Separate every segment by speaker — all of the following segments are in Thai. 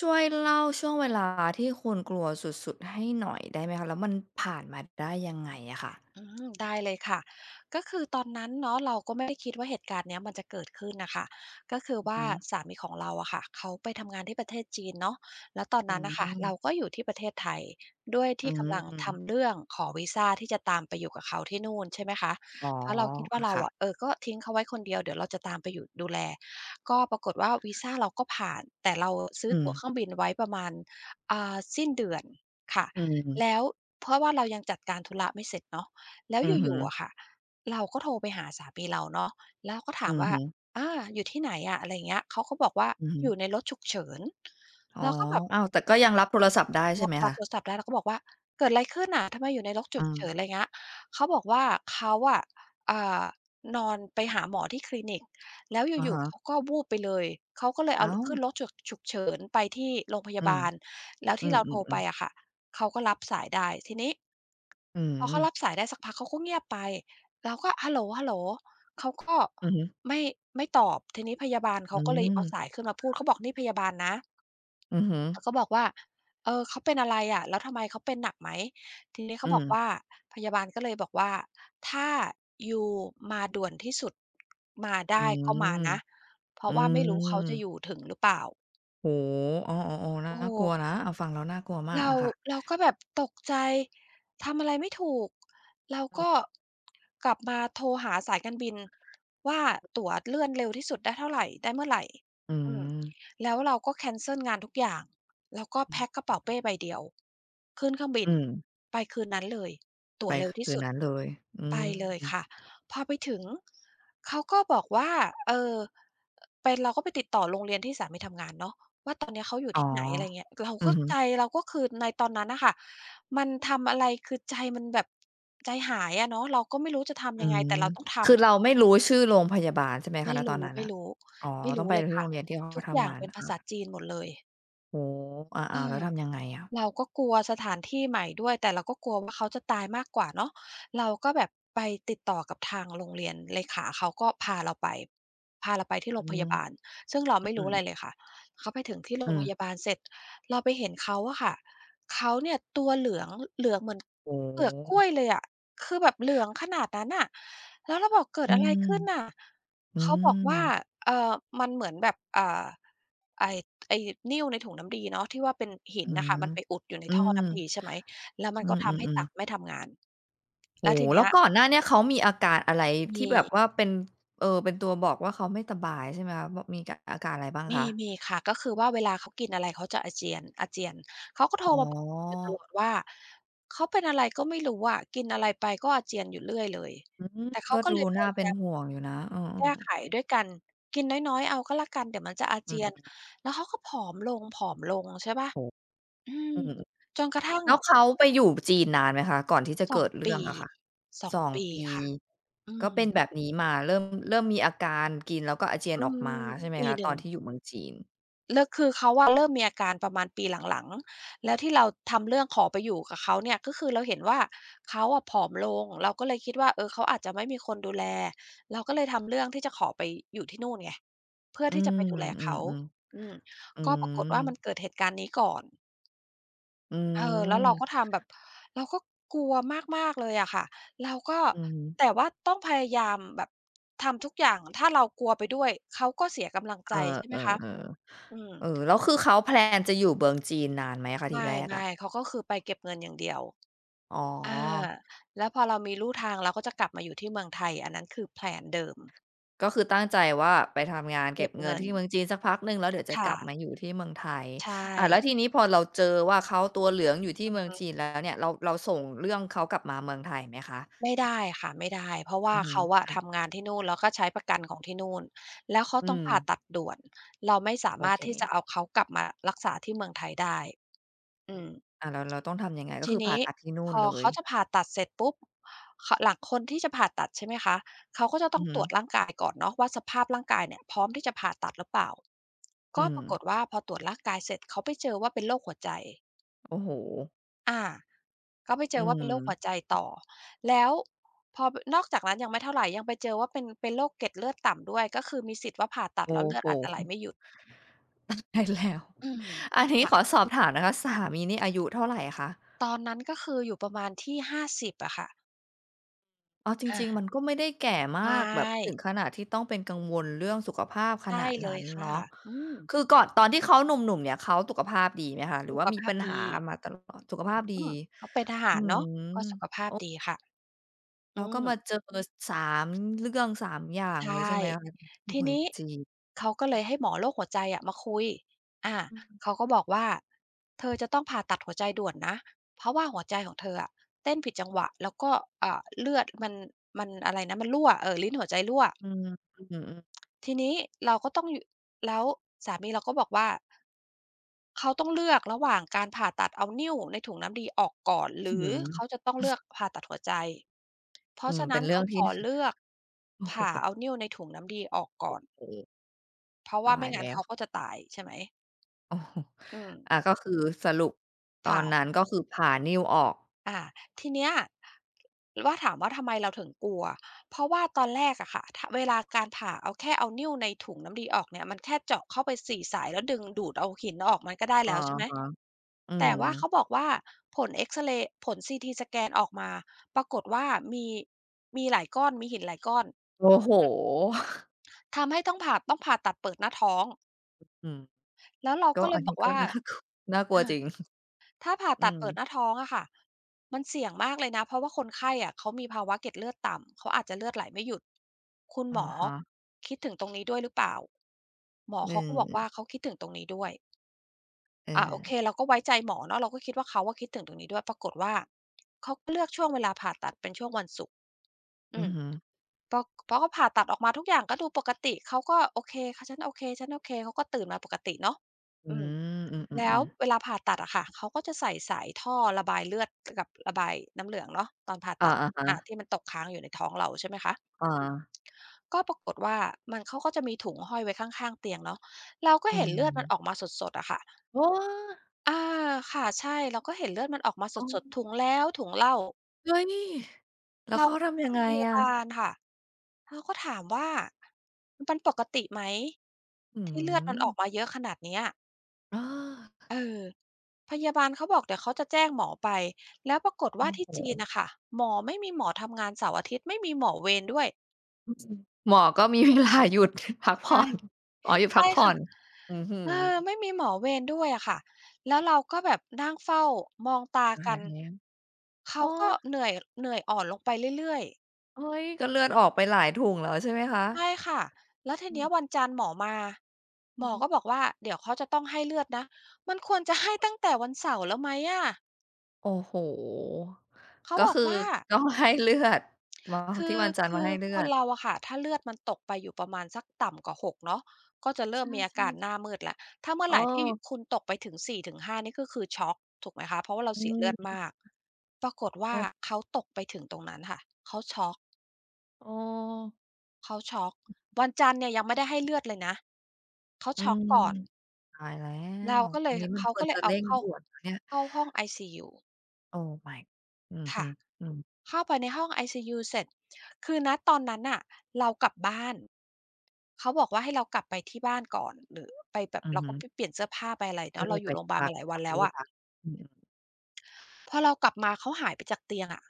Speaker 1: ช่วยเล่าช่วงเวลาที่คุณกลัวสุดๆให้หน่อยได้ไหมคะแล้วมันผ่านมาได้ยังไงอะค่ะ
Speaker 2: ได้เลยค่ะก็คือตอนนั้นเนาะเราก็ไม่ได้คิดว่าเหตุการณ์เนี้ยมันจะเกิดขึ้นน่ะค่ะก็คือ
Speaker 1: อือ
Speaker 2: ว่า
Speaker 1: ฮึ
Speaker 2: สามีของเราอะค่ะเขาไปทำงานที่ประเทศจีนเนาะแล้วตอน
Speaker 1: อื
Speaker 2: นั้นน่ะค่ะเราก็
Speaker 1: ม
Speaker 2: อยู่ที่ประเทศไทยด้วย
Speaker 1: อื
Speaker 2: ที่กำ
Speaker 1: ม
Speaker 2: ลังทำเรื่องขอวีซาที่จะตามไปอยู่กับเขาที่นู่นใช่ไหมคะ
Speaker 1: อ๋อ
Speaker 2: เพราะเราคิดว่า
Speaker 1: อะ
Speaker 2: เรา
Speaker 1: ค่ะ
Speaker 2: อะเออก็ทิ้งเขาไว้คนเดียวเดี๋ยวเราจะตามไปอยู่ดูแลก็ปรากฏว่าวีซาเราก็ผ่านแต่เราซื้อ
Speaker 1: อืม
Speaker 2: ตั๋วเครื่องบินไว้ประมาณสิ้นเดือนค่ะ
Speaker 1: อื
Speaker 2: แล้
Speaker 1: ม
Speaker 2: วเพราะว่าเรายังจัดการธุระไม่เสร็จเนาะ แล้ว
Speaker 1: อือ
Speaker 2: อ
Speaker 1: ฮึ
Speaker 2: ยู่ๆอะค่ะเราก็โทรไปหาสามีเราเนาะแล้วก็
Speaker 1: อื
Speaker 2: ถาม
Speaker 1: อ
Speaker 2: ว่า
Speaker 1: ฮึ
Speaker 2: อ่าอยู่ที่ไหนอะอะไรอย่างเงี้ยเขาก็บอกว่า
Speaker 1: อือฮึ
Speaker 2: อยู่ในรถฉุกเฉิน
Speaker 1: อ๋อ
Speaker 2: เราก็แบบ
Speaker 1: อ้าวแต่ก็ยังรับโทรศัพท์ได้ใช่
Speaker 2: รั
Speaker 1: ไห
Speaker 2: บ
Speaker 1: ม
Speaker 2: รับ
Speaker 1: คะ
Speaker 2: โทรศัพท์แด้วเราก็บอกว่าเกิดอะไรขึ้นน่ะทำไมอยู่ในรถฉุ
Speaker 1: อื
Speaker 2: กเฉินอะไร
Speaker 1: ม
Speaker 2: เงี้ยเขาบอกว่าเขาอะอ่านอนไปหาหมอที่คลินิกแล้ว
Speaker 1: อะ
Speaker 2: อยู่ๆเขา
Speaker 1: ฮะ
Speaker 2: ก็วูบไปเลยเขาก็เลยเอา
Speaker 1: อ้า
Speaker 2: ล
Speaker 1: ว
Speaker 2: ขึ้นรถฉุกเฉินไปที่โรงพ
Speaker 1: อื
Speaker 2: ยา
Speaker 1: ม
Speaker 2: บาลแล้ว
Speaker 1: อื
Speaker 2: ที่เราโทรไป
Speaker 1: มๆๆ
Speaker 2: อะค่ะเขาก็รับสายได้ทีนี้
Speaker 1: อื
Speaker 2: พอ
Speaker 1: ม
Speaker 2: เขารับสายได้สักพักเขาก็เงียบไปเราก็ฮัลโหลฮัลโหลเขาก็
Speaker 1: อือฮึ
Speaker 2: ไม่ไม่ตอบทีนี้พยาบาล
Speaker 1: อื
Speaker 2: เขาก็เลยเอาสาย
Speaker 1: ม
Speaker 2: ขึ้นมาพูดเขาบอกนี่พยาบาลนะ
Speaker 1: อือฮึ
Speaker 2: เขาก็บอกว่าเออเขาเป็นอะไรอะแล้วทำไมเขาเป็นหนักไหม ทีนี้เขา
Speaker 1: อื
Speaker 2: บ
Speaker 1: ม
Speaker 2: อกว่า พยาบาลก็เลยบอกว่า ถ้ายูมาด่วนที่สุดมา
Speaker 1: อื
Speaker 2: ได้ก็มา
Speaker 1: ม
Speaker 2: นะ เพ
Speaker 1: อื
Speaker 2: ราะว่าไม่รู้เขา
Speaker 1: ม
Speaker 2: จะอยู่ถึงหรือเปล่า
Speaker 1: โอ้โฮเออๆๆน่า
Speaker 2: โอ้
Speaker 1: กลัว
Speaker 2: โฮ
Speaker 1: นะเอาฟังแล้วน่ากลัวมาก
Speaker 2: เรา
Speaker 1: อะค่ะ
Speaker 2: เราก็แบบตกใจทำอะไรไม่ถูกเรา
Speaker 1: อือ
Speaker 2: ก็กลับมาโทรหาสายการบินว่าตั๋วเลื่อนเร็วที่สุดได้เท่าไรได้เมื่อไร
Speaker 1: อื
Speaker 2: อืม
Speaker 1: ม
Speaker 2: แล้วเราก็แคนเซิลงานทุกอย่างแล้วก็
Speaker 1: อื
Speaker 2: แพ็กกระ
Speaker 1: ม
Speaker 2: เป๋าเป้ใบเดียวขึ้นเครื่องบิ
Speaker 1: อื
Speaker 2: น
Speaker 1: ม
Speaker 2: ไปคืนนั้นเลยตั๋
Speaker 1: ไป
Speaker 2: วเร็วที่
Speaker 1: คืน
Speaker 2: สุด
Speaker 1: นั้นเลยอื
Speaker 2: ไป
Speaker 1: ม
Speaker 2: เลยค่ะพอไปถึงเขาก็บอกว่าเอ่อเป็นเราก็ไปติดต่อโรงเรียนที่สามีทำงานเนาะ ว่าตอนเนี้ยเขาอยู่
Speaker 1: อ๋อ
Speaker 2: ที่ไหนอะไรเงี้ยเรา
Speaker 1: อื
Speaker 2: ก็
Speaker 1: อฮึ
Speaker 2: ใจเราก็คือในตอนนั้นน่ะค่ะมันทำอะไรคือใจมันแบบใจหายอะเนาะเราก็ไม่รู้จะ
Speaker 1: อื
Speaker 2: ทำยังไง
Speaker 1: ม
Speaker 2: แต่เราต้อง
Speaker 1: คือ
Speaker 2: ทำอะ
Speaker 1: เราไม่รู้ชื่อโรงพยาบาลใช่ไหมคะณตอนนั้น
Speaker 2: ไม่
Speaker 1: น่ะอ๋อต้อง
Speaker 2: รู้
Speaker 1: ไป
Speaker 2: เลย
Speaker 1: ที่โร
Speaker 2: ค่ะ
Speaker 1: งเรียนที่เขา
Speaker 2: ทุกอ
Speaker 1: ทำ
Speaker 2: ย่าง
Speaker 1: งาน
Speaker 2: เป็นภา
Speaker 1: อา
Speaker 2: ษาจีนหมดเลย
Speaker 1: โอ้โฮ
Speaker 2: เอ
Speaker 1: อาๆแล้
Speaker 2: อ
Speaker 1: วทำยังไงอะ
Speaker 2: เราก็กลัวสถานที่ใหม่ด้วยแต่เราก็กลัวว่าเขาจะตายมากกว่าเนาะเราก็แบบไปติดต่อกับทางโรงเรียนเลขาเขาก็พาเราไปพาเราไปที่โร
Speaker 1: อื
Speaker 2: งพ
Speaker 1: ม
Speaker 2: ยาบาลซึ่งเรา
Speaker 1: อื
Speaker 2: ไม่รู้
Speaker 1: ม
Speaker 2: อะไรเลยค่ะเขาไปถึงที่โรง
Speaker 1: อืม
Speaker 2: พยาบาลเสร็จเราไปเห็นเขาอะค่ะเขาเนี่ยตัวเหลืองเหลืองเหมือน
Speaker 1: โอ้โ
Speaker 2: เปลือกกล้วย
Speaker 1: ฮ
Speaker 2: เลยอะคือแบบเหลืองขนาดนั้นน่ะแล้วเราบอกเกิด
Speaker 1: อื
Speaker 2: อะไรขึ้น
Speaker 1: ม
Speaker 2: น่ะ
Speaker 1: อื
Speaker 2: เขาบอกว่า
Speaker 1: ม
Speaker 2: เอ่อมันเหมือนแบบไอ้ ไอ้นิ่วในถุงน้ำดีเนาะที่ว่าเป็นหิ
Speaker 1: อื
Speaker 2: นน่ะ
Speaker 1: ม
Speaker 2: ค่ะมันไปอุดอยู่ใน
Speaker 1: อื
Speaker 2: ท่อ
Speaker 1: ม
Speaker 2: น้ำดีใช่ไหมแล้วมั
Speaker 1: อื
Speaker 2: นก็ทำให้
Speaker 1: ม
Speaker 2: ตับ
Speaker 1: ๆ
Speaker 2: ไม่
Speaker 1: ๆ
Speaker 2: ทำงานแล้
Speaker 1: โอ้
Speaker 2: วที
Speaker 1: โฮแล้
Speaker 2: เนี้
Speaker 1: ว
Speaker 2: ย
Speaker 1: ก่อนหน้าเนี้ยเขามีอาการอะไร
Speaker 2: มี
Speaker 1: ที่แบบว่าเป็นเป็นตัวบอกว่าเขาไม่สบายใช่ไหมคะบมีกอาการอะไรบ้าง
Speaker 2: มี
Speaker 1: คะ
Speaker 2: มีค่ะก็คือว่าเวลาเขากินอะไรเขาจะอาเจียนเขาก็โทร
Speaker 1: อ๋อ
Speaker 2: มาบอกอยู่ตลอดว่าเขาเป็นอะไรก็ไม่รู้อะกินอะไรไปก็อาเจียนอยู่เรื่อยเลย
Speaker 1: อืม
Speaker 2: แต่เขา
Speaker 1: ก็
Speaker 2: ก็
Speaker 1: ดู
Speaker 2: เลยพ
Speaker 1: น่า
Speaker 2: ยา
Speaker 1: เป็น
Speaker 2: ยาม
Speaker 1: ห่วงอยู่นะเออ
Speaker 2: แก้ไข
Speaker 1: ๆ
Speaker 2: ด้วยการกินน้อยๆเอาก็แล้วกันเดี๋ยวมันจะอา
Speaker 1: อื
Speaker 2: เจียน
Speaker 1: ม
Speaker 2: แล้วเขาก็ผอมลงๆใช่เปล่า
Speaker 1: โอ้โฮ
Speaker 2: อืม
Speaker 1: อืม
Speaker 2: จนกระทั่ง
Speaker 1: แล้วเขาไปอยู่จีนนานไหมคะก่อนที่จะเกิด
Speaker 2: 2
Speaker 1: เรื่อ
Speaker 2: ปี
Speaker 1: งอะค่ะ
Speaker 2: สอง
Speaker 1: 2
Speaker 2: ปี
Speaker 1: ปี
Speaker 2: ค่ะอื
Speaker 1: ก็
Speaker 2: ม
Speaker 1: เป็นแบบนี้มาเริ่มมีอาการกินแล้วก็อาเจียน
Speaker 2: อื
Speaker 1: ออก
Speaker 2: ม
Speaker 1: มาใช่ไหม
Speaker 2: ปี
Speaker 1: คะ
Speaker 2: ห
Speaker 1: ต
Speaker 2: นึ่
Speaker 1: อ
Speaker 2: ง
Speaker 1: นที่อยู่เมืองจีน
Speaker 2: แล้วคือเขาอะเริ่มมีอาการประมาณปีหลังๆแล้วที่เราทำเรื่องขอไปอยู่กับเขาเนี่ยก็คือเราเห็นว่าเขาอะผอมลงเราก็เลยคิดว่าเออเขาอาจจะไม่มีคนดูแลเราก็เลยทำเรื่องที่จะขอไปอยู่ที่นู่นไงเพื่อ
Speaker 1: อื
Speaker 2: ที่จะ
Speaker 1: ม
Speaker 2: ไปดูแล
Speaker 1: อื
Speaker 2: เขา
Speaker 1: ม
Speaker 2: อืม
Speaker 1: ๆอื
Speaker 2: ก็ปรากฏว่ามัน
Speaker 1: ม
Speaker 2: เกิดเหตุการณ์นี้ก่อน
Speaker 1: อื
Speaker 2: เออแล้วเราก็
Speaker 1: ม
Speaker 2: ทำแบบเราก็กลัวมากๆเลยอะค่ะเราก็
Speaker 1: อือฮึ
Speaker 2: แต่ว่าต้องพยายามแบบทำทุกอย่างถ้าเรากลัวไปด้วยเขาก็เสียกำลัง
Speaker 1: เอ
Speaker 2: ใจใช่ไห
Speaker 1: อ
Speaker 2: มคะ
Speaker 1: ๆ
Speaker 2: อืม
Speaker 1: ๆเออแล้วคือเขาแพลนจะอยู่เมืองจีนนานไหมคะ
Speaker 2: ไม
Speaker 1: ทีแรก
Speaker 2: ่
Speaker 1: อะ
Speaker 2: ๆเขาก็คือไปเก็บเงินอย่างเดียว
Speaker 1: อ๋
Speaker 2: อา
Speaker 1: อ
Speaker 2: แล้วพอเรามีลู่ทางเราก็จะกลับมาอยู่ที่เมืองไทยอันนั้นคือแพลนเดิม
Speaker 1: ก็คือตั้งใจว่าไปทำงานเก็
Speaker 2: เก็
Speaker 1: บ
Speaker 2: บ
Speaker 1: เงิน
Speaker 2: เงิน
Speaker 1: ที่เมืองจีนสักพักหนึ่งแล้วเดี๋ยวจะก
Speaker 2: ค่ะ
Speaker 1: ลับมาอยู่ที่เมืองไทย
Speaker 2: ใช่
Speaker 1: อ่าแล้วทีนี้พอเราเจอว่าเขาตัวเหลืองอยู่ที่เมืองจีนแล้วเนี่ยเราส่งเรื่องเขากลับมาเมืองไทยไหมคะ
Speaker 2: ไม่ได้ค่ะไม่ได้เพราะ
Speaker 1: อื
Speaker 2: ว่า
Speaker 1: อฮึ
Speaker 2: เขาอะทำงานที่นู่นแล้วก็ใช้ประกันของที่นู่นแล้วเขา
Speaker 1: อื
Speaker 2: ต้อง
Speaker 1: ม
Speaker 2: ผ่าตัดด่วนเราไม่สา
Speaker 1: โอ
Speaker 2: มารถ
Speaker 1: เค
Speaker 2: ที่จะเอาเขากลับมารักษาที่เมืองไทยได้อืม
Speaker 1: อ่าแล้วเราต้องทำยังไงก็
Speaker 2: ที
Speaker 1: คือผ่า
Speaker 2: นี้
Speaker 1: ตัดที่นู่
Speaker 2: พ
Speaker 1: น
Speaker 2: อ
Speaker 1: เลย
Speaker 2: เขาจะผ่าตัดเสร็จปุ๊บขหลังคนที่จะผ่าตัดใช่ไหมคะเขาก็จะ
Speaker 1: อื
Speaker 2: ต้อ
Speaker 1: อ
Speaker 2: ง
Speaker 1: ฮึ
Speaker 2: ตรวจร่างกายก่อนเนาะว่าสภาพร่างกายเนี่ยพร้อมที่จะผ่าตัดหรือเปล่าก็
Speaker 1: อืม
Speaker 2: ปรากฏว่าพอตรวจร่างกายเสร็จเขาไปเจอว่าเป็นโรคหัวใจ
Speaker 1: โอ้โฮ
Speaker 2: อา ก็ไปเจ
Speaker 1: อื
Speaker 2: อว่าเป็
Speaker 1: ม
Speaker 2: นโรคหัวใจต่อ แล้วพอนอกจากนั้นยังไม่เท่าไรยังไปเจอว่าเป็นโรคเกล็ดเลือดต่ำด้วยก็คือมีสิทธิ์ว่าผ่าตัด
Speaker 1: โอ้
Speaker 2: แล้วเลือด
Speaker 1: โฮ
Speaker 2: อาจจะไหลไม่หยุด
Speaker 1: ตาย แล้ว
Speaker 2: อืม
Speaker 1: อันนี้
Speaker 2: ค่ะ
Speaker 1: ขอสอบถามนะคะสามีนี่อายุเท่าไรคะ
Speaker 2: ตอนนั้นก็คืออยู่ประมาณที่50อะค่ะ
Speaker 1: เอาจ
Speaker 2: อา
Speaker 1: ริงๆมันก็ไม่ได้แก่มา
Speaker 2: ใช่
Speaker 1: กแบบถึงขนาดที่ต้องเป็นกังวลเรื่องสุขภาพข
Speaker 2: ใช่
Speaker 1: นาด
Speaker 2: เล
Speaker 1: นั้
Speaker 2: ย
Speaker 1: น
Speaker 2: ค่ะ
Speaker 1: เนาะ
Speaker 2: อืม
Speaker 1: คือก่อนตอนที่เขาหนุ่มๆเนี่ยเขาสุขภาพดีไหมคะหรือ
Speaker 2: สุ
Speaker 1: ว่า
Speaker 2: ข
Speaker 1: มี
Speaker 2: ภาพ
Speaker 1: ปัญ
Speaker 2: ดี
Speaker 1: หามาตลอดสุขภาพดี
Speaker 2: อืมเขาเป็นทหา
Speaker 1: อื
Speaker 2: รเนาะก็สุ
Speaker 1: ม
Speaker 2: ขภาพดีค่ะอื
Speaker 1: แล้วก็มา
Speaker 2: ม
Speaker 1: เจอสามเรื่องสามอย่าง
Speaker 2: ใช
Speaker 1: เลย
Speaker 2: ่
Speaker 1: ใช่ไหมคะอยู่
Speaker 2: ที
Speaker 1: เมือง
Speaker 2: นี้
Speaker 1: จีน
Speaker 2: เขาก็เลยให้หมอโรคหัวใจอะมาคุยอา
Speaker 1: อื
Speaker 2: เขา
Speaker 1: ม
Speaker 2: ก็บอกว่าเธอจะต้องผ่าตัดหัวใจด่วนนะเพราะว่าหัวใจของเธออะเต้นผิดจังหวะแล้วก็เลือดมันมันอะไรนะมันรั่วเออลิ้นหัวใจรั่ว
Speaker 1: อืมอือ
Speaker 2: ทีนี้เราก็ต้องยแล้วสามีเราก็บอกว่าเขาต้องเลือกระหว่างการผ่าตัดเอานิ่วในถุงน้ำดีออกก่อนห
Speaker 1: อื้
Speaker 2: รื
Speaker 1: อ
Speaker 2: อ
Speaker 1: ฮือ
Speaker 2: เขาจะต้องเลือกผ่าตัดหัวใจเพ
Speaker 1: อื
Speaker 2: ราะ
Speaker 1: ม
Speaker 2: ฉะ
Speaker 1: เป็
Speaker 2: นั้
Speaker 1: น
Speaker 2: น
Speaker 1: เรื่อง
Speaker 2: เขาข
Speaker 1: ที่
Speaker 2: อเลือก
Speaker 1: โอ้
Speaker 2: ผ่า
Speaker 1: โฮ
Speaker 2: เอานิ่วในถุงน้ำดีออกก่อ
Speaker 1: โอ้
Speaker 2: น
Speaker 1: โฮ
Speaker 2: เพราะว่า
Speaker 1: ตาย
Speaker 2: ไม่งั้น
Speaker 1: แล้ว
Speaker 2: เขาก็จะตายใช่ไหม
Speaker 1: โอ้โฮ
Speaker 2: อืม
Speaker 1: อาก็คือสรุปตอนนั้น
Speaker 2: ค่ะ
Speaker 1: ก็คือผ่านิ่วออก
Speaker 2: อาทีเนี้ยว่าถามว่าทำไมเราถึงกลัว เพราะว่าตอนแรกอะค่ะถ้าเวลาการผ่าเอาแค่เอานิ้วในถุงน้ำดีออกเนี่ยมันแค่เจาะเข้าไปสี่สายแล้วดึงดูดเอาหินออกมันก็ได้
Speaker 1: อะ
Speaker 2: แล้วใช่ไหม
Speaker 1: ฮะ อื
Speaker 2: แต่
Speaker 1: ม
Speaker 2: ว่าเขาบอกว่าผลเอกซเรย์ผลซีทีสแกนออกมาปรากฏว่ามีมีหลายก้อน มีหินหลายก้อน
Speaker 1: โอ้โฮ
Speaker 2: ทำให้ต้องผ่าตัดเปิดหน้าท้อง
Speaker 1: อืม
Speaker 2: แล้วเรา
Speaker 1: ก็
Speaker 2: ก็เล
Speaker 1: อั
Speaker 2: ย
Speaker 1: น
Speaker 2: บ
Speaker 1: นี้
Speaker 2: อก
Speaker 1: ก็
Speaker 2: ว่า
Speaker 1: น่ากลัว น่ากลัวจริง
Speaker 2: ถ้าผ่า
Speaker 1: อื
Speaker 2: ตัด
Speaker 1: ม
Speaker 2: เปิดหน้าท้องอะค่ะมันเสี่ยงมากเลยนะเพราะว่าคนไข้อะเขามีภาวะเกล็ดเลือดต่ำเขาอาจจะเลือดไหลไม่หยุดคุณหม
Speaker 1: อะ
Speaker 2: อ
Speaker 1: ฮะ
Speaker 2: คิดถึงตรงนี้ด้วยหรือเปล่าหมอ
Speaker 1: เอ
Speaker 2: เขาก็บอกว่า
Speaker 1: อ
Speaker 2: เขาคิดถึงตรงนี้ด้วย
Speaker 1: เอ
Speaker 2: อา
Speaker 1: อ
Speaker 2: โอเคเราก็ไว้ใจหมอเนาะเราก็คิดว่าเขาว่าคิดถึงตรงนี้ด้วยปรากฏว่าเขาก็เลือกช่วงเวลาผ่าตัดเป็นช่วงวันศุกร์อื
Speaker 1: อือ
Speaker 2: ม
Speaker 1: ฮึ
Speaker 2: พอพอเขาผ่าตัดออกมาทุกอย่างก็ดูปกติเขาก็โอเคค่ะฉันโอเคฉันโอเคเขาก็ตื่นมาปกติเนาะ
Speaker 1: อื
Speaker 2: อืม
Speaker 1: มอื
Speaker 2: แล้ว
Speaker 1: มๆ
Speaker 2: เว
Speaker 1: ๆ
Speaker 2: ลาผ่าตัดอะค่ะเขาก็จะใส่สายท่อระบายเลือดกับระบายน้ำเหลืองเนาะตอนผ่า
Speaker 1: อา
Speaker 2: ตัด
Speaker 1: อะ
Speaker 2: อะ
Speaker 1: ฮะ
Speaker 2: ที่มันตกค้างอยู่ในท้องเราใช่ไหมคะ
Speaker 1: อา
Speaker 2: อืมก็ปรากฏว่ามันเขาก็จะมีถุงห้อยไว้ข้างๆเตียงเนาะเราก็
Speaker 1: อื
Speaker 2: เห็นเลือดมันออก
Speaker 1: ม
Speaker 2: มาสดๆอะค่ะ
Speaker 1: โอ้
Speaker 2: อาค่ะใช่เราก็เห็นเลือดมันออกมาส
Speaker 1: อ๋
Speaker 2: ดๆ
Speaker 1: อ
Speaker 2: ถุงแล้วถุงเล่า
Speaker 1: เฮ้ยแล้ว
Speaker 2: เรา
Speaker 1: เขาทำ
Speaker 2: ถา
Speaker 1: ยัง
Speaker 2: ม
Speaker 1: ไง
Speaker 2: พยา
Speaker 1: อะ
Speaker 2: บาลค่ะเราก็ถามว่ามันปกติไหม
Speaker 1: อื
Speaker 2: ที่เลือดมั
Speaker 1: ม
Speaker 2: นออกมาเยอะขนาดเนี้ย
Speaker 1: เออ
Speaker 2: เออพยาบาลเขาบอกเดี๋ยวเขาจะแจ้งหมอไป แล้วปรากฏ
Speaker 1: โอ้
Speaker 2: ว่าที่
Speaker 1: โฮ
Speaker 2: จีนน่ะค่ะหมอไม่มีหมอทำงานเสาร์อาทิตย์ไม่มีหมอเวรด้วย
Speaker 1: หมอก็มีเวลาหยุดพักผ่อ
Speaker 2: ใช่
Speaker 1: น หมอหยุดพั
Speaker 2: ใช่
Speaker 1: กผ่อ
Speaker 2: ค่ะ
Speaker 1: นอื้อฮื
Speaker 2: เอ
Speaker 1: อ
Speaker 2: อไม่มีหมอเวรด้วยอะค่ะแล้วเราก็แบบนั่งเฝ้ามองตา
Speaker 1: ตา
Speaker 2: กั
Speaker 1: ย
Speaker 2: น
Speaker 1: แล้ว
Speaker 2: เขา
Speaker 1: อ้อ
Speaker 2: ก็เหนื่อยเหนื่อยอ่อนลงไปเรื่อยๆ
Speaker 1: เฮ้ยก็เลือดออกไปหลายถุงแล้วใช่ไหมคะ
Speaker 2: ใช่ค่ะแล้วที
Speaker 1: อื
Speaker 2: เนี้
Speaker 1: ม
Speaker 2: ยวันจันทร์หมอมาหม
Speaker 1: อื
Speaker 2: อ
Speaker 1: ม
Speaker 2: ก็บอกว่าเดี๋ยวเขาจะต้องให้เลือดนะมันควรจะให้ตั้งแต่วันเสาร์แล้วไหมอะ
Speaker 1: โอ้โฮ
Speaker 2: เขา
Speaker 1: ก็
Speaker 2: บอก
Speaker 1: คือ
Speaker 2: ว่า
Speaker 1: ต้องให้เลือดหมา
Speaker 2: คื
Speaker 1: ที่
Speaker 2: อ
Speaker 1: วันจันทร์
Speaker 2: คื
Speaker 1: มา
Speaker 2: อ
Speaker 1: ให้เลื
Speaker 2: ค
Speaker 1: อ
Speaker 2: น
Speaker 1: ด
Speaker 2: เราอะค่ะถ้าเลือดมันตกไปอยู่ประมาณสักต่ำกว่า6เนาะก็จะเริ่ม
Speaker 1: ใช่
Speaker 2: มีอาการหน้า
Speaker 1: ๆ
Speaker 2: มืดแล้วถ้าเมื่อ
Speaker 1: เออ
Speaker 2: ไหรที่คุณตกไปถึง4-5นี่ก็คือช็อกถูกไหมคะเพราะว่าเรา
Speaker 1: อื
Speaker 2: เสียเลือด
Speaker 1: ม
Speaker 2: มากปรากฏ
Speaker 1: โอ
Speaker 2: ว่า
Speaker 1: ้
Speaker 2: เขาตกไปถึงตรงนั้นค่ะเขาช็อก
Speaker 1: โอ้
Speaker 2: เขาช็อกวันจันทร์เนี่ยยังไม่ได้ให้เลือดเลยนะเขา
Speaker 1: อื
Speaker 2: ช็อก
Speaker 1: ม
Speaker 2: ก่อน
Speaker 1: ตายแล้วอันนี้มัน
Speaker 2: เขา
Speaker 1: คว
Speaker 2: ก็
Speaker 1: ร
Speaker 2: เล
Speaker 1: จะ
Speaker 2: ยเอา
Speaker 1: เร่ง
Speaker 2: เข้า
Speaker 1: ด่วนนะเนี่ย
Speaker 2: เข้าห้องไอซียู
Speaker 1: โอ้ my อือฮึ
Speaker 2: ค่ะ
Speaker 1: อืม
Speaker 2: เข้าไปในห้องไอซียูเสร็จ คือณตอนนั้นน่ะเรากลับบ้าน เขาบอกว่าให้เรากลับไปที่บ้านก่อนหรือไปแบบ
Speaker 1: อือ
Speaker 2: เรา
Speaker 1: ฮึ
Speaker 2: ก็ไปเปลี่ยนเสื้อผ้าไปอะไร
Speaker 1: เอ
Speaker 2: เนาะ
Speaker 1: อ
Speaker 2: เราอ
Speaker 1: ไป
Speaker 2: ยู่โรงพ
Speaker 1: ที่
Speaker 2: ยาบาล
Speaker 1: พัก
Speaker 2: มาหลาย
Speaker 1: ก
Speaker 2: วั
Speaker 1: ลับ
Speaker 2: น
Speaker 1: ไป
Speaker 2: แล้ว
Speaker 1: ที่
Speaker 2: อะ
Speaker 1: พักอืม
Speaker 2: พอเรากลับมาเขาหายไปจากเตียงอะ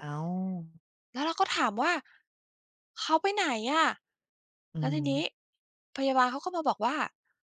Speaker 1: อ้าว
Speaker 2: แล้วเราก็ถามว่าเขาไปไหนอะ
Speaker 1: อื
Speaker 2: แล้วทีนี้
Speaker 1: ม
Speaker 2: พยาบาลเขาก็มาบอกว่า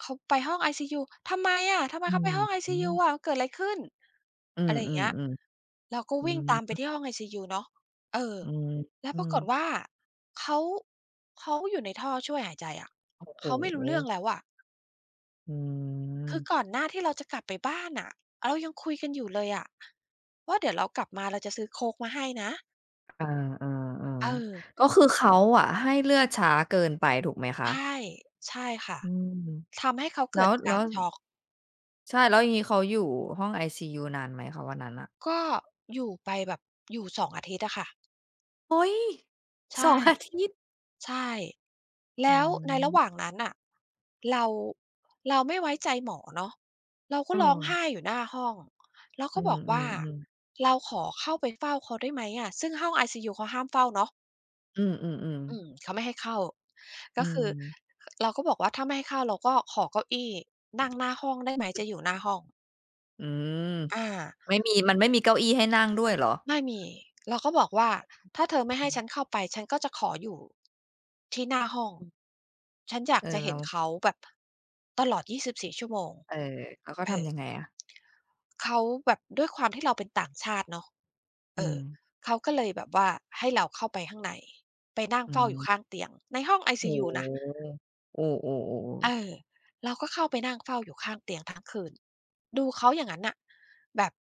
Speaker 2: เขาไปห้องไอซียูทำไมอะทำไม
Speaker 1: อื
Speaker 2: เขาไป
Speaker 1: อ
Speaker 2: ห้องไอ
Speaker 1: ฮึ
Speaker 2: ซียูอะมันเกิดอะไรขึ้น
Speaker 1: อือ
Speaker 2: อะไร
Speaker 1: ๆ
Speaker 2: อย่างเงี้ย
Speaker 1: ๆ
Speaker 2: เราก็
Speaker 1: อื
Speaker 2: วิ่งตามไป
Speaker 1: ม
Speaker 2: ที่ห้องไอซียูเนาะเออ
Speaker 1: อืม
Speaker 2: แล้ว
Speaker 1: อื
Speaker 2: ปรา
Speaker 1: ม
Speaker 2: กฏว่าเขาเขาอยู่ในท่อช่วยหายใจอะ
Speaker 1: โอ้โฮ
Speaker 2: เขาไม่รู้เรื่องแล้วอะ
Speaker 1: อื
Speaker 2: คือก่อ
Speaker 1: ม
Speaker 2: นหน้าที่เราจะกลับไปบ้านน่ะเรายังคุยกันอยู่เลยอะว่าเดี๋ยวเรากลับมาเราจะซื้อโค้กมาให้นะ
Speaker 1: อา
Speaker 2: เอ
Speaker 1: ๆ
Speaker 2: อ
Speaker 1: ๆก็คือเขาอะให้เลือดช้าเกินไปถูกไหม
Speaker 2: ใช
Speaker 1: คะ
Speaker 2: ่ ใช่ค่ะ
Speaker 1: อืม
Speaker 2: ทำให้เขา
Speaker 1: แล้
Speaker 2: เกิด
Speaker 1: ว
Speaker 2: อา
Speaker 1: แล้
Speaker 2: การ
Speaker 1: ว
Speaker 2: ช็อก
Speaker 1: ใช่แล้วอย่างงี้เขาอยู่ห้องไอซียูนานไหมคะวันนั้นน่ะ
Speaker 2: ก็อยู่ไปแบบอยู่2องอาทิตย์อะค่ะ
Speaker 1: โอ๊ย2
Speaker 2: ใช่
Speaker 1: องอาทิตย์
Speaker 2: ใช่
Speaker 1: อื
Speaker 2: แล้วในระหว่าง
Speaker 1: ม
Speaker 2: นั้นน่ะเราเราไม่ไว้ใจหมอเนาะเราก็
Speaker 1: เออ
Speaker 2: ร้องไห้อยู่หน้าห้อง แล้ว
Speaker 1: อื
Speaker 2: ก็บอกว่า
Speaker 1: มๆๆ
Speaker 2: เราขอเข้าไปเฝ้าเขาได้ไหมอะซึ่งห้องไอซียูเขาห้ามเฝ้าเนาะ
Speaker 1: อืมๆ
Speaker 2: อืม
Speaker 1: ๆ
Speaker 2: เขาไม่ให้เข้า
Speaker 1: อื
Speaker 2: ก็คือ
Speaker 1: ม
Speaker 2: เราก็บอกว่าถ้าไม่ให้เข้าเราก็ขอเก้าอี้นั่งหน้าห้องได้ไหมจะอยู่หน้าห้อง
Speaker 1: อืม
Speaker 2: อา
Speaker 1: ไม่มีมันไม่มีเก้าอี้ให้นั่งด้วยเหรอ
Speaker 2: ไม่มี เราก็บอกว่าถ้าเธอไม่ให้ฉันเข้า
Speaker 1: อา
Speaker 2: ไปฉันก็จะขออยู่ที่หน้าห้อง ฉันอยา
Speaker 1: เอ
Speaker 2: ก
Speaker 1: อ
Speaker 2: จะเห็
Speaker 1: แล้
Speaker 2: น
Speaker 1: ว
Speaker 2: เขาแบบตลอด 24 ชั่วโมง
Speaker 1: เออแล้วก็
Speaker 2: เอ
Speaker 1: ทำ
Speaker 2: อ
Speaker 1: ยังไงอะ
Speaker 2: เขาแบบด้วยความที่เราเป็นต่างชาติเนาะ
Speaker 1: อื
Speaker 2: เออ
Speaker 1: ม
Speaker 2: เขาก็เลยแบบว่าให้เราเข้าไปข้างในไปนั่ง
Speaker 1: อื
Speaker 2: เฝ้าอยู่
Speaker 1: ม
Speaker 2: ข้างเตียงในห้องไอซี
Speaker 1: โอ้
Speaker 2: ยูนะ
Speaker 1: โฮโอ้ๆ
Speaker 2: เอ
Speaker 1: ๆ
Speaker 2: อ
Speaker 1: ๆ
Speaker 2: เราก็เข้าไปนั่งเฝ้าอยู่ข้างเตียงทั้งคืนดูเขาอย่างนั้นน่ะแบบ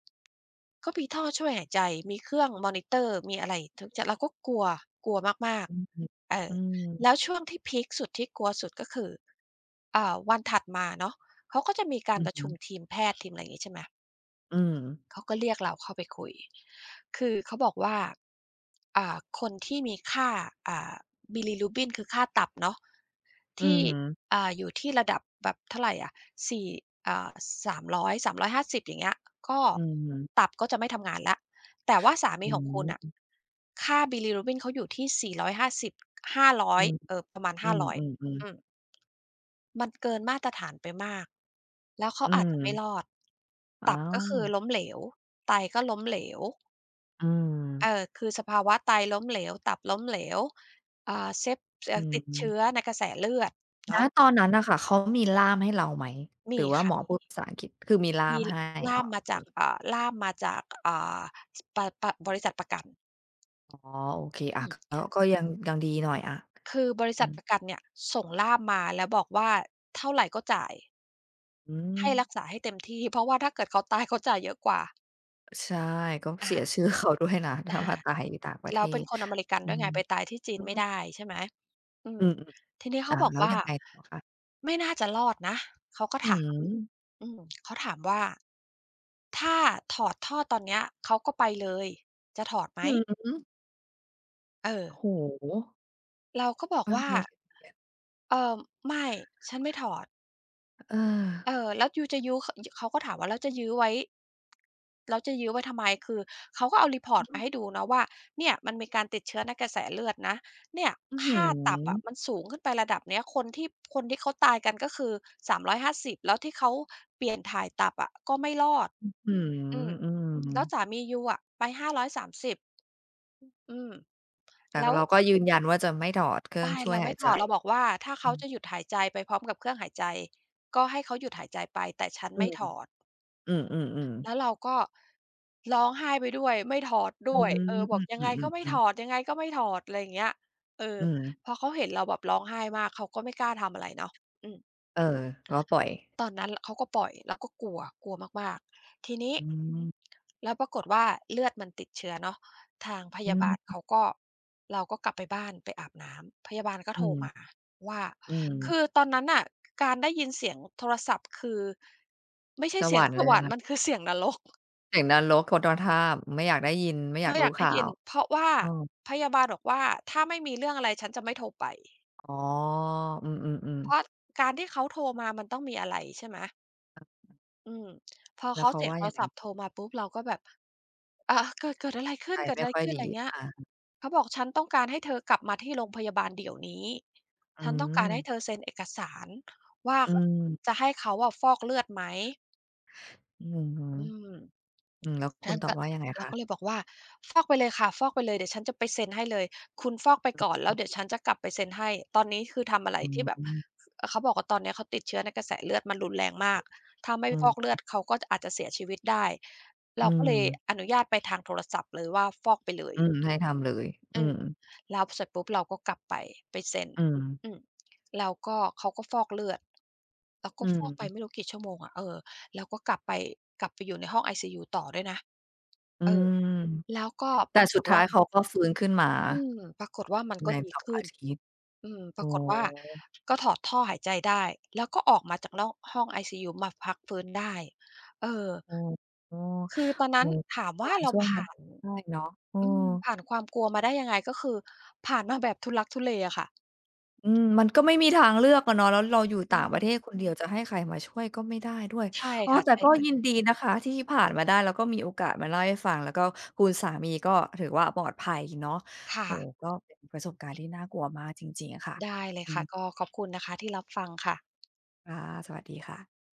Speaker 2: ก็มีท่อช่วยหายใจมีเครื่องมอนิเตอร์มีอะไรทุกจะเราก็กลัวกลัวมาก
Speaker 1: อืม
Speaker 2: ๆเออ
Speaker 1: อื
Speaker 2: แล้
Speaker 1: ม
Speaker 2: วช่วงที่พีกสุดที่กลัวสุดก็คือวันถัดมาเนาะเขาก็จะมีกา
Speaker 1: อื
Speaker 2: ร
Speaker 1: อ
Speaker 2: ประ
Speaker 1: ฮึ
Speaker 2: ชุมทีมแพทย์ทีมอะไรอย่างงี้ใช่ไหม
Speaker 1: อืม
Speaker 2: เขาก็เรียกเราเข้าไปคุย คือเขาบอกว่าคนที่มีค่าอ่า bilirubin คือค่าตับเนาะ
Speaker 1: อืม
Speaker 2: ที่
Speaker 1: อม
Speaker 2: อยู่ที่ระดับแบบเท่าไรอะ4อ่า300 350อยสามร้อยห้าสิบอย่างเงี้ยก็
Speaker 1: อืม
Speaker 2: ตับก็จะไม่ทำงานแล้วแต่ว่าสามีของคุณน่ะค่า bilirubin เขาอยู่ที่450
Speaker 1: อื
Speaker 2: 500
Speaker 1: ม
Speaker 2: เออประมาณ
Speaker 1: อืม
Speaker 2: 500อย
Speaker 1: อืมอืม
Speaker 2: อืม มันเกินมาตรฐานไปมากแล้วเขา
Speaker 1: อื
Speaker 2: อาจจะไม่ร
Speaker 1: ม
Speaker 2: อด
Speaker 1: อ้า
Speaker 2: ตับ
Speaker 1: ว
Speaker 2: ก็คือล้มเหลวไตก็ล้มเหลว
Speaker 1: อืม
Speaker 2: คือสภาวะไตล้มเหลว ตับล้มเหลวอ่าเซ t
Speaker 1: อื
Speaker 2: ติด
Speaker 1: ม
Speaker 2: เชื้อ
Speaker 1: ณ
Speaker 2: ในกระแสเลือดเนาะ
Speaker 1: ตอนนั้นน่ะค่ะเขามีล่ามให้เราไหมห
Speaker 2: มี
Speaker 1: รือว่าห
Speaker 2: ค่ะ
Speaker 1: มอพูด
Speaker 2: มี
Speaker 1: ภาษาอังกฤษคือมีล่าม
Speaker 2: มี
Speaker 1: ให้
Speaker 2: ล่า
Speaker 1: อ๋อ
Speaker 2: มมาจากล่ามมาจากสปปบริษัทประกัน
Speaker 1: โอเคอะ
Speaker 2: อืม
Speaker 1: ก็ยังยังดีหน่อยอะ
Speaker 2: คือบริ
Speaker 1: อื
Speaker 2: ษัท
Speaker 1: ม
Speaker 2: ประกันเนี่ยส่งล่ามมาแล้วบอกว่าเท่าไรก็จ่าย
Speaker 1: อื
Speaker 2: ให้
Speaker 1: ม
Speaker 2: รักษาให้เต็มที่เพราะว่าถ้าเกิดเขาตายเขาจ่ายเยอะกว่า
Speaker 1: ใช่ก็เสี
Speaker 2: อา
Speaker 1: ยชื่อเขาด้วยนะถ้า
Speaker 2: อา
Speaker 1: มาตายอยู่ต่างประเท
Speaker 2: แล้วเป็น
Speaker 1: ศ
Speaker 2: คนอเมริกัน
Speaker 1: อื
Speaker 2: ด้วย
Speaker 1: ม
Speaker 2: ไงไปตายที่จี
Speaker 1: อื
Speaker 2: นไม่
Speaker 1: ม
Speaker 2: ได้ใช่ไหมอืม
Speaker 1: อืม
Speaker 2: ทีนี้
Speaker 1: ๆ
Speaker 2: เขา
Speaker 1: อ้าว
Speaker 2: บอก
Speaker 1: แล้ว
Speaker 2: ว่า
Speaker 1: ยังไงต่อคะ
Speaker 2: ไม่น่าจะรอดนะเขาก็
Speaker 1: อื้อ
Speaker 2: ถา
Speaker 1: ฮื
Speaker 2: ม
Speaker 1: อ
Speaker 2: อืมเขาถามว่าถ้าถอดท่อตอนเนี้ยเขาก็ไปเลยจะถอดไหม
Speaker 1: อื้อฮือ
Speaker 2: เออ
Speaker 1: โอ้โฮ
Speaker 2: เราก็บอก
Speaker 1: อะ
Speaker 2: ว่า
Speaker 1: ไร
Speaker 2: เอ่อไม่ฉันไม่ถอด
Speaker 1: เออ
Speaker 2: เออแล้วยูจะยื้อขยเขาก็ถามว่าแล้วจะยื้อไว้ แล้วจะยื้อไว้ทำไมคือเขาก็เอา report มาให้ดูนะว่าเนี่ยมันมีการติดเชื้อในกระแสเลือดนะเนี่ย
Speaker 1: อื้อฮื
Speaker 2: ค่าตับ
Speaker 1: อ
Speaker 2: อะมันสูงขึ้นไประดับเนี้ยคนที่เขาตายกันก็คือ3ิ0แล้วที่เขาเปลี่ยนถ่ายตับอะก็ไม่รอด
Speaker 1: อืม
Speaker 2: อืม
Speaker 1: อืม
Speaker 2: แล้วสามียูอะไป530อยสามสิบอืม
Speaker 1: แต่
Speaker 2: แล้ว
Speaker 1: เราก็ยืนยันว่าจะไม่ถอดเครื่อง
Speaker 2: ใช่
Speaker 1: ช่วย
Speaker 2: เรา
Speaker 1: หา
Speaker 2: ไม่
Speaker 1: ย
Speaker 2: ถ
Speaker 1: ใจ
Speaker 2: อดเราบอกว่าถ้า
Speaker 1: อื
Speaker 2: เขา
Speaker 1: ม
Speaker 2: จะหยุดหายใจไปพร้อมกับเครื่องหายใจก็ให้เขาหยุดหายใจไปแต่ฉัน
Speaker 1: อื
Speaker 2: ไม่
Speaker 1: ม
Speaker 2: ถอด
Speaker 1: อืมอืม
Speaker 2: แล้วเราก็ร้องไห้ไปด้วยไม่ถอด
Speaker 1: อื
Speaker 2: ด้วยเอ
Speaker 1: ม
Speaker 2: อบ
Speaker 1: อื
Speaker 2: อก
Speaker 1: ม
Speaker 2: ยั
Speaker 1: อื
Speaker 2: ง
Speaker 1: ม
Speaker 2: ไง
Speaker 1: อืม
Speaker 2: ก็ไม่
Speaker 1: อื
Speaker 2: ถอด
Speaker 1: ม
Speaker 2: ยังไงก็ไม่ถอดอะไรอย่างเงี้ยเออ
Speaker 1: อืม
Speaker 2: พอเขาเห็นเราแบบร้องไห้มากเขาก็ไม่กล้าทำอะไรเนาะอืม
Speaker 1: เออก็ปล่อย
Speaker 2: ตอนนั้นเขาก็ปล่อยเราก็กลัวกลัวมากๆทีนี้
Speaker 1: อืม
Speaker 2: แล้วปรากฏว่าเลือดมันติดเชื้อเนาะทางพ
Speaker 1: อื
Speaker 2: ยาบาล
Speaker 1: ม
Speaker 2: เขาก็เราก็กลับไปบ้านไปอาบน้ำพยาบาลก็
Speaker 1: อื
Speaker 2: โทร
Speaker 1: ม
Speaker 2: มาว่า
Speaker 1: อืม
Speaker 2: คือตอนนั้นน่ะการได้ยินเสียงโทรศัพท์คือไม่
Speaker 1: ส
Speaker 2: ใช่
Speaker 1: ว
Speaker 2: เสียง
Speaker 1: รรค์
Speaker 2: ส
Speaker 1: เลย
Speaker 2: วร
Speaker 1: นะ
Speaker 2: รค์มัน
Speaker 1: คะ
Speaker 2: คือเสียงนรก
Speaker 1: เสียงนรกคนละท่าบไม่อยากได้ยินไม่อยาก
Speaker 2: ไม่อยา
Speaker 1: รู้
Speaker 2: กได้
Speaker 1: ข่า
Speaker 2: ยิ
Speaker 1: ว
Speaker 2: นเพราะว่า
Speaker 1: เออ
Speaker 2: พยาบาลบอกว่าถ้าไม่มีเรื่องอะไรฉันจะไม่โทรไป
Speaker 1: อ๋ออืม
Speaker 2: เพราะ
Speaker 1: ๆ
Speaker 2: การที่เขาโทรมามันต้องมีอะไรใช่ไหมอืมพอ
Speaker 1: ๆแล้ว
Speaker 2: เขา
Speaker 1: เขา
Speaker 2: เสียง
Speaker 1: ว่า
Speaker 2: โท
Speaker 1: ยั
Speaker 2: ร
Speaker 1: ง
Speaker 2: ศัพท์
Speaker 1: ไง
Speaker 2: โทรมาปุ๊บเราก็แบบอ่าเกิดอะไรขึ้
Speaker 1: ใจ
Speaker 2: นเกิด
Speaker 1: ไม่
Speaker 2: อะไร
Speaker 1: ค่อย
Speaker 2: ขึ้นอะ
Speaker 1: ดี
Speaker 2: ไรเงี้ย
Speaker 1: อา
Speaker 2: เขาบอกฉันต้องการให้เธอกลับมาที่โรงพยาบาลเดี๋ยวนี้
Speaker 1: อื
Speaker 2: ฉันต้องการ
Speaker 1: ม
Speaker 2: ให้เธอเซ็นเอกสารว่า
Speaker 1: อื
Speaker 2: จะ
Speaker 1: ม
Speaker 2: ให้เขาอะฟอกเลือดไหม
Speaker 1: อือฮึ
Speaker 2: อืม
Speaker 1: อืมแล้วคุ
Speaker 2: ฉั
Speaker 1: ณ
Speaker 2: น
Speaker 1: ตอบ
Speaker 2: ก็
Speaker 1: ว่ายังไง
Speaker 2: เรา
Speaker 1: คะ
Speaker 2: ก็เลยบอกว่าฟอกไปเลยค่ะฟอกไปเลยเดี๋ยวฉันจะไปเซ็นให้เลยคุณฟอกไปก่อนแล้วเดี๋ยวฉันจะกลับไปเซ็นให้ตอนนี้คือทำอะไร
Speaker 1: อืม
Speaker 2: ที่แบ
Speaker 1: อ
Speaker 2: บเขาบอกว่าตอนนี้เขาติดเชื้อในกระแสเลือดมันรุนแรงมากถ้าไม่
Speaker 1: ื
Speaker 2: ฟอกเลื
Speaker 1: ม
Speaker 2: อดเขาก็อาจจะเสียชีวิตได้
Speaker 1: อื
Speaker 2: เราก็เล
Speaker 1: ม
Speaker 2: ยอนุญาตไปทางโทรศัพท์เลยว่าฟอกไปเลย
Speaker 1: อืมให้ทำเลยอื
Speaker 2: อืม
Speaker 1: ม
Speaker 2: แล้วเสร็จปุ๊บเราก็กลับไปไปเซ็น
Speaker 1: อืม
Speaker 2: อืมแล้วก็เขาก็ฟอกเลือดเราก็
Speaker 1: อื
Speaker 2: ฟอกไปไม่
Speaker 1: ม
Speaker 2: รู้กี่ชั่วโมงอะเออแล้วก็กลับไปกลับไปอยู่ในห้องไอซียูต่อด้วยนะ
Speaker 1: อื
Speaker 2: เออ
Speaker 1: ม
Speaker 2: แล้วก็ป
Speaker 1: แต่
Speaker 2: ราก
Speaker 1: สุด
Speaker 2: ฏ
Speaker 1: ท้า
Speaker 2: ว่า
Speaker 1: ยเขาก็ฟื้นขึ้นมา
Speaker 2: อืมปรากฏว่ามัน
Speaker 1: ใน
Speaker 2: ก็ดี
Speaker 1: สอง
Speaker 2: ขึ้
Speaker 1: อา
Speaker 2: น
Speaker 1: ทิตย์
Speaker 2: อืมป
Speaker 1: อ๋
Speaker 2: รากฏว่า
Speaker 1: อ
Speaker 2: ก็ถอดท่อหายใจได้ แล้วก็ออกมาจากนอกห้องไอซียูมาพักฟื้นได้เออ
Speaker 1: โอ้โอ้อ
Speaker 2: คือตอน
Speaker 1: อ
Speaker 2: นั้
Speaker 1: อ
Speaker 2: นถามว่า
Speaker 1: ผ่าน
Speaker 2: เรา
Speaker 1: ช่วงนั้น
Speaker 2: ผ่าน
Speaker 1: ได้เนาะเออ
Speaker 2: อืมผ่านความกลัวมาได้ยังไงก็คือผ่านมาแบบทุลักทุเลอะค่ะ
Speaker 1: อืมมันก็ไม่มีทางเลือกอะเนาะแล้วเราอยู่
Speaker 2: อื
Speaker 1: ต่างประเทศ
Speaker 2: ม
Speaker 1: คนเดียวจะให้ใครมาช่วยก็ไม่ได้ด้วย
Speaker 2: ใช่
Speaker 1: อ๋อ
Speaker 2: ค่ะ
Speaker 1: แต่
Speaker 2: ใช่
Speaker 1: ก็
Speaker 2: เลย
Speaker 1: ยินดีนะคะที่ผ่านมาได้แล้วก็มีโอกาสมาเล่าให้ฟังแล้วก็คุณสามีก็ถือว่าปลอดภัยเนาะ
Speaker 2: ค่ะ
Speaker 1: โอ้โฮก็เป็นประสบการณ์ที่น่ากลัวมากจริงๆอะค่ะ
Speaker 2: ได้เลย
Speaker 1: อื
Speaker 2: ค่ะก็
Speaker 1: ม
Speaker 2: ขอบคุณนะคะที่รับฟังค่ะ
Speaker 1: ค่ะสวัสดีค่ะ